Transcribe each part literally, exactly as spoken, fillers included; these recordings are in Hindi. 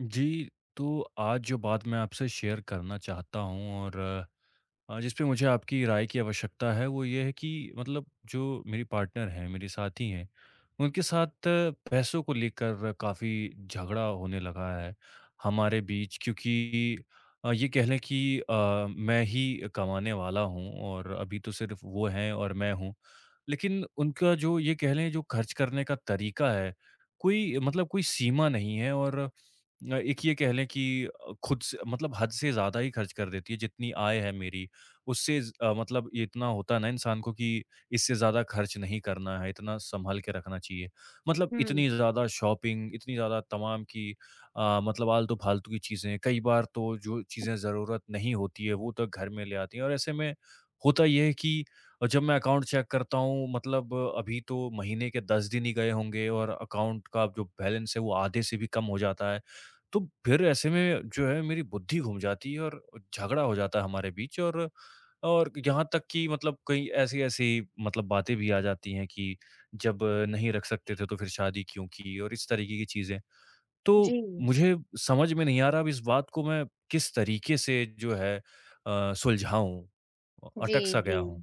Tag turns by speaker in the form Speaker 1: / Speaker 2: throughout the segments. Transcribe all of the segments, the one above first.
Speaker 1: जी, तो आज जो बात मैं आपसे शेयर करना चाहता हूँ और अ, जिस पे मुझे आपकी राय की आवश्यकता है, वो ये है कि मतलब जो मेरी पार्टनर हैं, मेरे साथी हैं, उनके साथ पैसों को लेकर काफ़ी झगड़ा होने लगा है हमारे बीच क्योंकि अ, ये कह लें कि अ, मैं ही कमाने वाला हूँ और अभी तो सिर्फ़ वो हैं और मैं हूँ। लेकिन उनका जो ये कह लें जो खर्च करने का तरीका है, कोई मतलब कोई सीमा नहीं है और अ, एक ये कह लें कि अ, खुद से मतलब हद से ज़्यादा ही खर्च कर देती है, जितनी आय है मेरी, उससे ज़ अ, मतलब ये इतना होता है ना इंसान को कि इससे ज़्यादा खर्च नहीं करना है, इतना सँभाल के रखना चाहिए। मतलब
Speaker 2: हुँ।
Speaker 1: इतनी ज़्यादा शॉपिंग, इतनी ज़्यादा तमाम की अ, मतलब आलतू-फालतू की चीज़ें, कई बार तो जो चीज़ें ज़रूरत नहीं होती है, वो तो घर में ले आती हैं और ऐसे में होता ये है कि अ, जब मैं अकाउंट चेक करता हूँ, मतलब अभी तो महीने के दस दिन ही गए होंगे और अकाउंट का जो बैलेंस है, वो आधे से भी कम हो जाता है। तो फिर ऐसे में जो है मेरी बुद्धि घूम जाती है और झगड़ा हो जाता है हमारे बीच और और यहाँ तक कि मतलब कई ऐसी-ऐसी मतलब बातें भी आ जाती हैं कि जब नहीं रख सकते थे तो फिर शादी क्यों की और इस तरीके की चीज़ें। तो
Speaker 2: जी।
Speaker 1: मुझे समझ में नहीं आ रहा अब इस बात को मैं किस तरीके से जो है अ, सुलझाऊँ? अटक
Speaker 2: जी,
Speaker 1: सा
Speaker 2: जी।
Speaker 1: गया हूँ।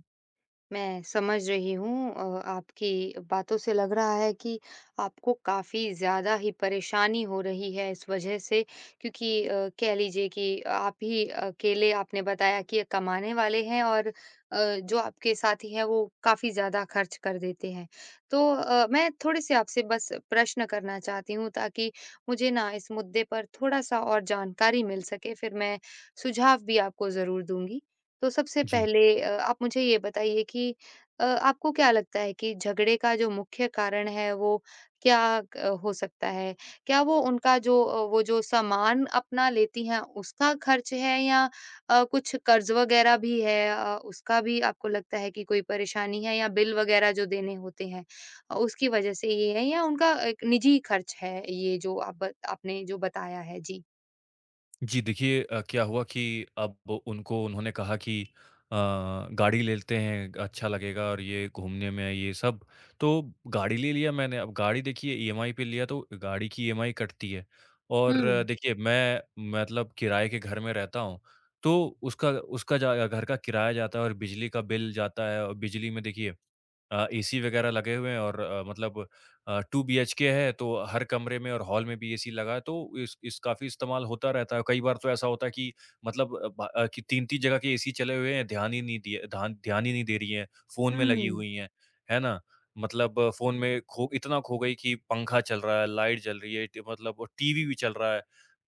Speaker 2: मैं समझ रही हूँ अ, आपकी बातों से लग रहा है कि आपको काफ़ी ज़्यादा ही परेशानी हो रही है इस वजह से क्योंकि अ, कह लीजिए कि आप ही अकेले आपने बताया कि कमाने वाले हैं और अ, जो आपके साथी हैं वो काफ़ी ज़्यादा खर्च कर देते हैं। तो अ, मैं थोड़े-से आपसे बस प्रश्न करना चाहती हूँ ताकि मुझे ना इस मुद्दे पर थोड़ा-सा और जानकारी मिल सके, फिर मैं सुझाव भी आपको ज़रूर दूँगी। तो सबसे
Speaker 1: जी।
Speaker 2: पहले अ, आप मुझे ये बताइए कि अ, आपको क्या लगता है कि झगड़े का जो मुख्य कारण है वो क्या क- हो सकता है? क्या वो उनका जो अ, वो जो सामान अपना लेती हैं उसका खर्च है या अ, कुछ कर्ज वगैरह भी है, अ, उसका भी आपको लगता है कि कोई परेशानी है या बिल वगैरह जो देने होते हैं, अ, उसकी वजह से ये है या उनका एक निजी खर्च है ये जो आप बत- आपने जो बताया है। जी।
Speaker 1: जी देखिए अ, क्या हुआ कि अब उनको उन्होंने कहा कि अ, गाड़ी ले लेते हैं अच्छा लगेगा और ये घूमने में ये सब तो गाड़ी ले लिया मैंने अब गाड़ी देखिए ईएमआई पे लिया तो गाड़ी की ईएमआई कटती है और अ,
Speaker 2: हम्म।
Speaker 1: देखिए मैं मतलब किराए के घर में रहता हूँ तो उसका उसका जा घर का किराया जाता है और बिजली का बिल जाता है और बिजली में देखिए अ, एसी वगैरह लगे हुए हैं और अ, मतलब अ, टू बीएचके है तो हर कमरे में और हॉल में भी एसी लगा है तो इस इस काफ़ी इस्तेमाल होता रहता है। कई बार तो ऐसा होता है कि मतलब अ, ब अ, कि तीन तीन जगह के एसी चले हुए हैं, ध्यान ही नहीं दिए ध्यान ध्यान ही नहीं दे रही हैं, फ़ोन में लगी
Speaker 2: हम्म।
Speaker 1: हुई हैं, है ना? मतलब फ़ोन में खो इतना खो गई कि पंखा चल रहा है, लाइट जल रही है, ट मतलब और टीवी भी चल रहा है।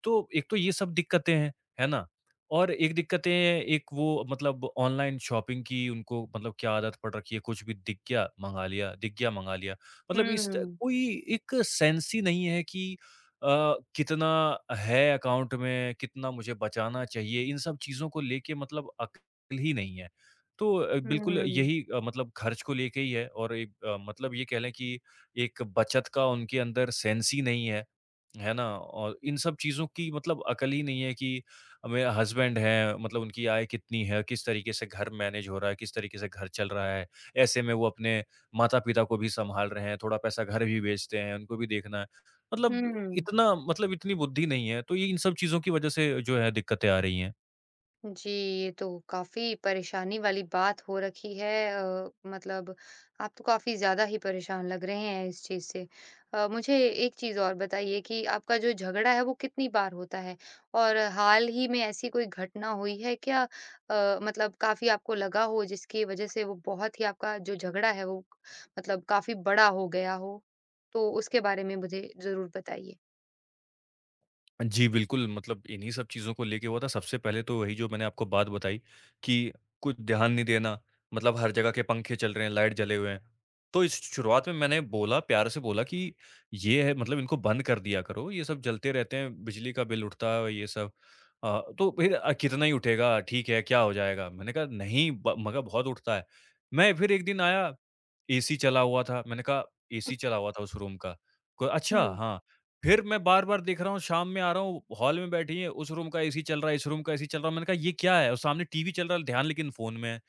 Speaker 1: तो एक तो ये सब दिक्कतें हैं, है ना? और एक दिक्कतें एक वो मतलब ऑनलाइन शॉपिंग की उनको मतलब क्या आदत पड़ रखी है, कुछ भी दिख गया मँगा लिया, दिख गया मँगा लिया। मतलब इस त
Speaker 2: हम्म।
Speaker 1: कोई एक सेंस ही नहीं है कि अ, कितना है अकाउंट में, कितना मुझे बचाना चाहिए, इन सब चीज़ों को लेके मतलब अक्ल ही नहीं है। तो अ, बिल्कुल
Speaker 2: हम्म।
Speaker 1: यही अ, मतलब खर्च को लेके ही है और एक अ, मतलब ये कह लें कि एक बचत का उनके अंदर सेंस ही नहीं है, है ना? और इन सब चीज़ों की मतलब अकल ही नहीं है कि अ, मेरा हस्बैंड है मतलब उनकी आय कितनी है, किस तरीके से घर मैनेज हो रहा है, किस तरीके से घर चल रहा है। ऐसे में वो अपने माता-पिता को भी सँभाल रहे हैं, थोड़ा पैसा घर भी भेजते हैं, उनको भी देखना है। मतलब
Speaker 2: हम्म।
Speaker 1: इतना मतलब इतनी बुद्धि नहीं है, तो ये इन सब चीज़ों की वज़ह से जो है दिक्कतें आ रही हैं।
Speaker 2: जी, ये तो काफ़ी परेशानी वाली बात हो रखी है। अ, मतलब आप तो काफ़ी ज़्यादा ही परेशान लग रहे हैं इस चीज़ से। अ, मुझे एक चीज़ और बताइए कि आपका जो झगड़ा है वो कितनी बार होता है? और हाल ही में ऐसी कोई घटना हुई है क्या, अ, मतलब काफ़ी आपको लगा हो जिसकी वज़ह से वो बहुत ही आपका जो झगड़ा है वो मतलब काफ़ी बड़ा हो गया हो? तो उसके बारे में मुझे ज़रूर बताइए।
Speaker 1: जी, बिल्कुल, मतलब इन्हीं सब चीज़ों को लेके हुआ था। सबसे पहले तो वही जो मैंने आपको बात बताई कि कुछ ध्यान नहीं देना, मतलब हर जगह के पंखे चल रहे हैं, लाइट जले हुए हैं। तो इस शुरुआत में मैंने बोला, प्यार से बोला कि ये है मतलब इनको बंद कर दिया करो, ये सब जलते रहते हैं, बिजली का बिल उठता है ये सब। अ, तो फिर अ, कितना ही उठेगा, ठीक है, क्या हो जाएगा? मैंने कहा नहीं ब मगर बहुत उठता है। मैं फिर एक दिन आया, एसी चला हुआ था, मैंने कहा एसी चला हुआ था उस रूम का। क अच्छा,
Speaker 2: हुँ।
Speaker 1: हाँ। फिर मैं बार-बार देख रहा हूँ, शाम में आ रहा हूँ, हॉल में बैठी हैं, उस रूम का एसी चल रहा है, इस रूम का एसी चल रहा है। मैंने कहा ये क्या है? और सामने टीवी चल रहा है, ध्यान लेकिन फ़ोन में है।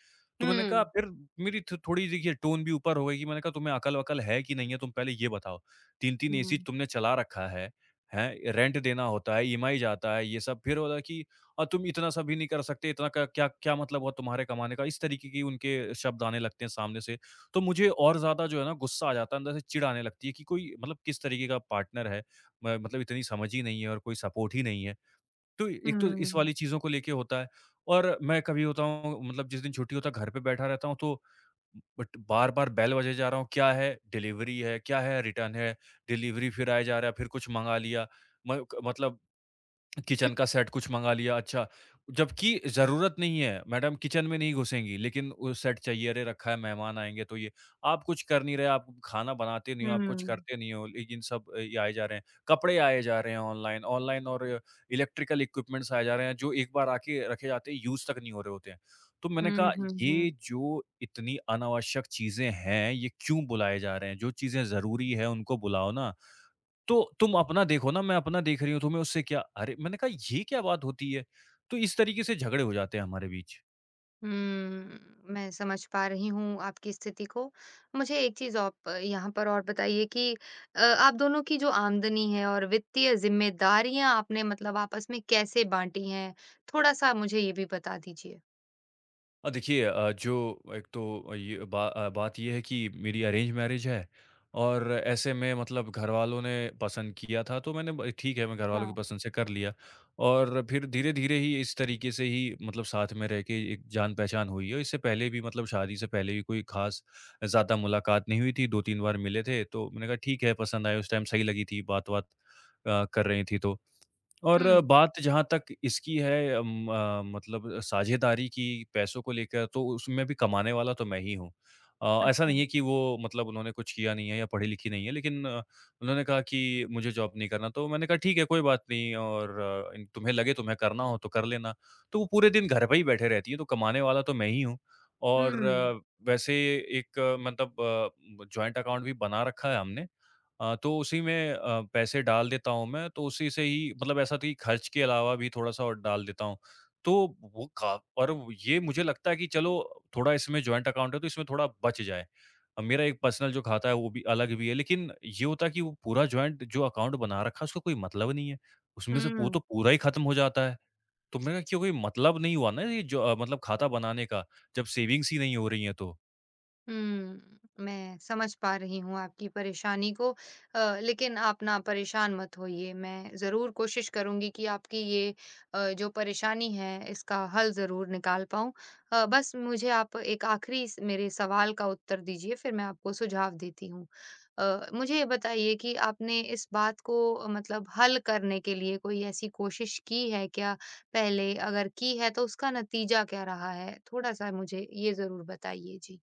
Speaker 1: तो मैंने कहा
Speaker 2: हुँ।
Speaker 1: फिर मेरी थो थोड़ी देखिए टोन भी ऊपर हो गई कि मैंने कहा तुम्हें अकल-वकल है कि नहीं है? तुम पहले ये बताओ। तीन तीन एसी
Speaker 2: हुँ,
Speaker 1: तुमने चला रखा है, हैं? रेंट देना होता है, ईएमआई जाता है, ये सब। फिर बोला कि अ, तुम इतना सा भी नहीं कर सकते, इतना का क्या क्या मतलब हुआ तुम्हारे कमाने का? इस तरीके की उनके शब्द आने लगते हैं सामने से। तो मुझे और ज़्यादा जो है ना गुस्सा आ जाता है, अंदर से चिढ़ आने लगती है कि कोई मतलब किस तरीके का पार्टनर है? म मतलब इतनी समझ ही नहीं है और कोई सपोर्ट ही नहीं है। तो एक तो इस
Speaker 2: हुँ,
Speaker 1: वाली चीज़ों को लेके होता है और मैं कभी होता हूँ मतलब जिस दिन छुट्टी होता है घर पे बैठा रहता हूँ तो बट बार-बार बेल बजाए जा रहा हूँ, क्या है? डिलीवरी है, क्या है? रिटर्न है, डिलीवरी फिर आए जा रहा है, फिर कुछ मँगा लिया। म क मतलब किचन का सेट कुछ मँगा लिया, अच्छा, जबकि ज़रूरत नहीं है, मैडम किचन में नहीं घुसेंगी, लेकिन वो सेट चाहिए, अरे रखा है मेहमान आएँगे तो ये आप कुछ कर नहीं रहे, आप खाना बनाते नहीं हो, आप कुछ
Speaker 2: हुँ,
Speaker 1: करते नहीं हो, लेकिन सब अ, ये आए जा रहे हैं। कपड़े आए जा रहे हैं ऑनलाइन, ऑनलाइन और इलेक्ट्रिकल इक्विपमेंट्स आए जा रहे हैं, जो एक बार आके रखे जाते हैं, यूज़ तक नहीं हो रहे होते हैं। तो मैंने
Speaker 2: हुँ,
Speaker 1: कहा
Speaker 2: हुँ, हुँ।
Speaker 1: ये जो इतनी अनावश्यक चीज़ें हैं, ये क्यों बुलाए जा रहे हैं? जो चीज़ें ज़रूरी है उनको बुलाओ ना। तो तुम अपना देखो ना, मैं अपना देख रही हूँ, तुम्हें उससे क्या? अरे! मैंने कहा ये क्या बात होती है? तो इस तरीके से झगड़े हो जाते हैं हमारे बीच।
Speaker 2: हम्म, मैं समझ पा रही हूँ आपकी स्थिति को। मुझे एक चीज़ आप अ, यहाँ पर और बताइए कि अ, आप दोनों की जो आमदनी है और वित्तीय ज़िम्मेदारियाँ आपने मतलब आपस में कैसे बाँटी हैं? थोड़ा-सा मुझे ये भी बता दीजिए।
Speaker 1: अ, देखिए अ, जो एक तो ये बा अ, बात ये है कि मेरी अरेंज मैरिज है और ऐसे में मतलब घरवालों ने पसंद किया था तो मैंने ब ठीक है, मैं
Speaker 2: अच्छा।
Speaker 1: घरवालों की पसंद से कर लिया और फिर धीरे-धीरे ही इस तरीके से ही मतलब साथ में रह के एक जान-पहचान हुई है। इससे पहले भी मतलब शादी से पहले भी कोई ख़ास ज़्यादा मुलाकात नहीं हुई थी, दो तीन बार मिले थे, तो मैंने कहा ठीक है, पसंद आए उस टाइम सही लगी थी, बात-वात अ, कर रही थी तो। और अ,
Speaker 2: हुँ।
Speaker 1: बात जहाँ तक इसकी है अम, अ, मतलब साझेदारी की पैसों को लेकर तो उसमें भी कमाने वाला तो मैं ही हूँ। अ, ऐसा
Speaker 2: अच्छा।
Speaker 1: नहीं है कि वो मतलब उन्होंने कुछ किया नहीं है या पढ़ी-लिखी नहीं है लेकिन अ, उन्होंने कहा कि मुझे जॉब नहीं करना तो मैंने कहा ठीक है कोई बात नहीं और अ, इन तुम्हें लगे तुम्हें करना हो तो कर लेना। तो वो पूरे दिन घर पे ही बैठे रहती हैं तो कमाने वाला तो मैं ही हूँ। और
Speaker 2: हुँ,
Speaker 1: अ, वैसे एक मतलब अ, मतलब जॉइंट अकाउंट भी बना रखा है हमने। अ, तो उसी में अ, पैसे डाल देता हूँ मैं, तो उसी से ही मतलब ऐसा था कि खर्च के अलावा भी थोड़ा-सा और डाल देता हूँ। तो वो का और वो- ये मुझे लगता है कि चलो थोड़ा इसमें जॉइंट अकाउंट है तो इसमें थोड़ा बच जाए। अ, मेरा एक पर्सनल जो खाता है वो भी अलग भी है, लेकिन ये होता है कि वो पूरा जॉइंट जो अकाउंट बना रखा है उसका कोई मतलब नहीं है। उसमें से वो
Speaker 2: हुँ।
Speaker 1: तो पूरा ही खत्म हो जाता है। तो मेरा क्यों कोई मतलब नहीं हुआ ना ये जो अ, मतलब खाता बनाने का, जब सेविंग्स ही नहीं हो रही हैं तो।
Speaker 2: हुँ, मैं समझ पा रही हूँ आपकी परेशानी को। अ, लेकिन आप ना परेशान मत होइए, मैं ज़रूर कोशिश करूँगी कि आपकी ये अ, जो परेशानी है, इसका हल ज़रूर निकाल पाऊँ। अ, बस मुझे आप एक आखिरी स मेरे सवाल का उत्तर दीजिए, फिर मैं आपको सुझाव देती हूँ। अ, मुझे ये बताइए कि आपने इस बात को अ, मतलब हल करने के लिए कोई ऐसी कोशिश की है क्या पहले? अगर की है, तो उसका नतीजा क्या रहा है? थोड़ा-सा मुझे ये ज़रूर बताइए। जी।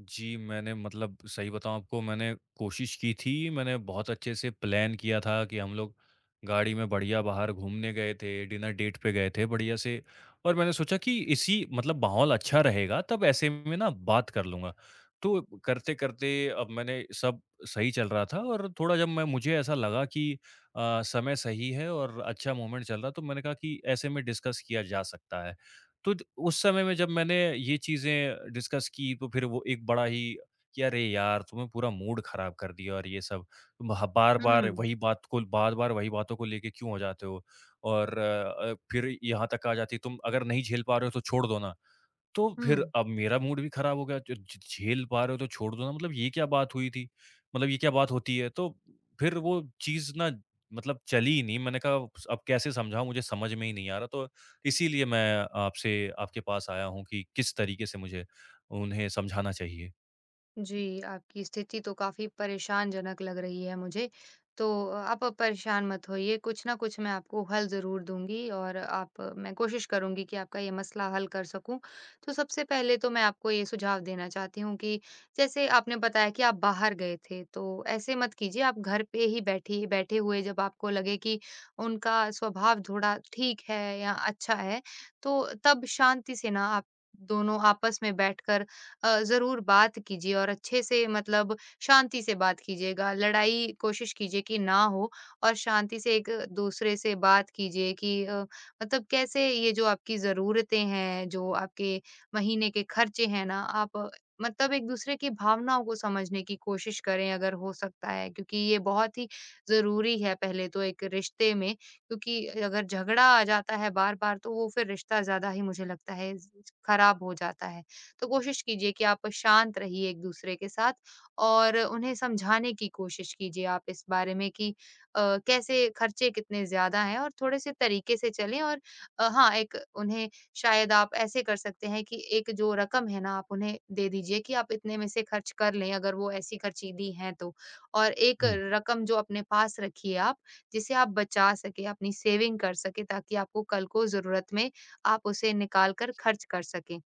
Speaker 1: जी, मैंने मतलब सही बताऊँ आपको मैंने कोशिश की थी, मैंने बहुत अच्छे से प्लान किया था कि हम लोग गाड़ी में बढ़िया बाहर घूमने गए थे, डिनर डेट पे गए थे बढ़िया से और मैंने सोचा कि इसी मतलब माहौल अच्छा रहेगा, तब ऐसे में ना बात कर लूँगा। तो करते-करते अब मैंने सब सही चल रहा था और थोड़ा जब मैं मुझे ऐसा लगा कि अ, समय सही है और अच्छा मोमेंट चल रहा है, तो मैंने कहा कि ऐसे में डिस्कस किया जा सकता है। तो द- उस समय में जब मैंने ये चीज़ें डिस्कस की तो फिर वो एक बड़ा ही कि अरे यार तुम्हें पूरा मूड खराब कर दिया और ये सब तुम बार बार
Speaker 2: हुँ,
Speaker 1: वही बात को बार बार वही बातों को लेके क्यों हो जाते हो और अ, अ, फिर यहाँ तक आ जाती है, तुम अगर नहीं झेल पा रहे हो तो छोड़ दो ना तो फिर
Speaker 2: हुँ।
Speaker 1: अब मेरा मूड भी खराब हो गया, तो ज झ झेल पा रहे हो तो छोड़ दो ना, मतलब ये क्या बात हुई थी? मतलब ये क्या बात होती है? तो फिर वो चीज़ ना मतलब चली ही नहीं, मैंने कहा अब कैसे समझाऊँ मुझे समझ में ही नहीं आ रहा, तो इसीलिए मैं आपसे आपके पास आया हूँ कि किस तरीके से मुझे उन्हें समझाना चाहिए?
Speaker 2: जी, आपकी स्थिति तो काफ़ी परेशानजनक लग रही है मुझे। तो आप परेशान मत होइए, कुछ ना कुछ मैं आपको हल ज़रूर दूँगी और आप मैं कोशिश करूँगी कि आपका ये मसला हल कर सकूँ। तो सबसे पहले तो मैं आपको ये सुझाव देना चाहती हूँ कि जैसे आपने बताया कि आप बाहर गए थे, तो ऐसे मत कीजिए, आप घर पे ही बैठी बैठे हुए जब आपको लगे कि उनका स्वभाव थोड़ा ठीक है या अच्छा है, तो तब शांति से ना आप दोनों आपस में बैठकर अ, ज़रूर बात कीजिए और अच्छे से मतलब शांति से बात कीजिएगा। लड़ाई कोशिश कीजिए कि ना हो और शांति से एक-दूसरे से बात कीजिए कि अ, मतलब कैसे ये जो आपकी ज़रूरतें हैं, जो आपके महीने के खर्चे हैं ना, आप अ, मतलब एक-दूसरे की भावनाओं को समझने की कोशिश करें अगर हो सकता है, क्योंकि ये बहुत ही ज़रूरी है पहले तो एक रिश्ते में, क्योंकि अगर झगड़ा आ जाता है बार-बार तो वो फिर रिश्ता ज़्यादा ही मुझे लगता है ख़राब हो जाता है। तो कोशिश कीजिए कि आप शांत रहिए एक-दूसरे के साथ और उन्हें समझाने की कोशिश कीजिए आप इस बारे में कि अ, कैसे खर्चे कितने ज़्यादा हैं और थोड़े-से तरीके से चलें और अ, हाँ, एक उन्हें शायद आप ऐसे कर सकते हैं कि एक जो रकम है ना, आप उन्हें दे दीजिए कि आप इतने में से खर्च कर लें, अगर वो ऐसी खर्चीली हैं तो। और एक
Speaker 1: हुँ।
Speaker 2: रकम जो अपने पास रखिए आप, जिसे आप बचा सकें, अपनी सेविंग कर सकें ताकि आपको कल को ज़रूरत में आप उसे निकाल कर खर्च कर सकें।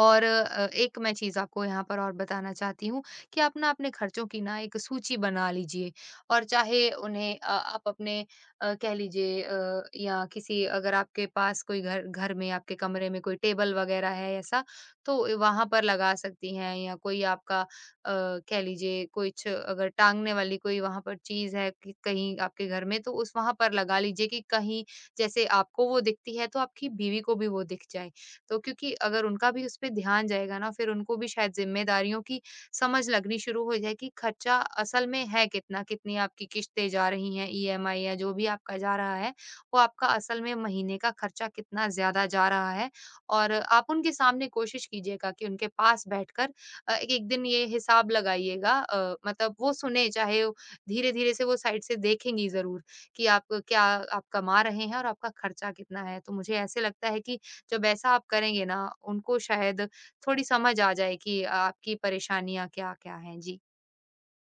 Speaker 2: और अ, एक मैं चीज़ आपको यहाँ पर और बताना चाहती हूँ कि आप ना अपने खर्चों की ना एक सूची बना लीजिए और चाहे उन्हें अ, आप अपने अ, कह लीजिए अ, या किसी अगर आपके पास कोई घर घर में आपके कमरे में कोई टेबल वगैरह है ऐसा, तो वहां पर लगा सकती हैं या कोई आपका अ, कह लीजिए कुछ अगर टांगने वाली कोई वहां पर चीज़ है कि कहीं आपके घर में, तो उस वहां पर लगा लीजिए कि कहीं जैसे आपको वो दिखती है तो आपकी बीवी को भी वो दिख जाए, तो क्योंकि अगर उनका भी उस पे ध्यान जाएगा ना फिर उनको भी शायद ज़िम्मेदारियों की समझ लगनी शुरू हो जाए कि खर्चा असल में है कितना, कितनी आपकी किश्तें जा रही हैं ई एम आई या जो भी आपका जा रहा है, वो आपका असल में महीने का खर्चा कितना ज़्यादा जा रहा है। और आप उनके सामने कोशिश कीजिएगा कि उनके पास बैठकर अ, एक एक दिन ये हिसाब लगाइएगा, अ, मतलब वो सुने चाहे धीरे-धीरे से वो साइड से देखेंगी ज़रूर कि आप क्या आप कमा रहे हैं और आपका खर्चा कितना है। तो मुझे ऐसे लगता है कि जब ऐसा आप करेंगे ना, उनको शायद थोड़ी समझ आ जाए कि आपकी परेशानियाँ क्या-क्या हैं। जी।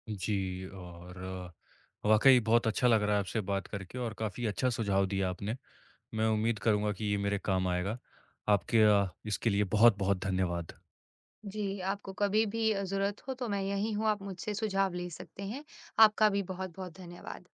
Speaker 1: जी और वाक़ई बहुत अच्छा लग रहा है आपसे बात करके और काफ़ी अच्छा सुझाव दिया आपने। मैं उम्मीद करूँगा कि ये मेरे काम आएगा। आपके अ, इसके लिए बहुत-बहुत धन्यवाद।
Speaker 2: जी, आपको कभी भी ज़रूरत हो तो मैं यहीं हूँ, आप मुझसे सुझाव ले सकते हैं। आपका भी बहुत-बहुत धन्यवाद।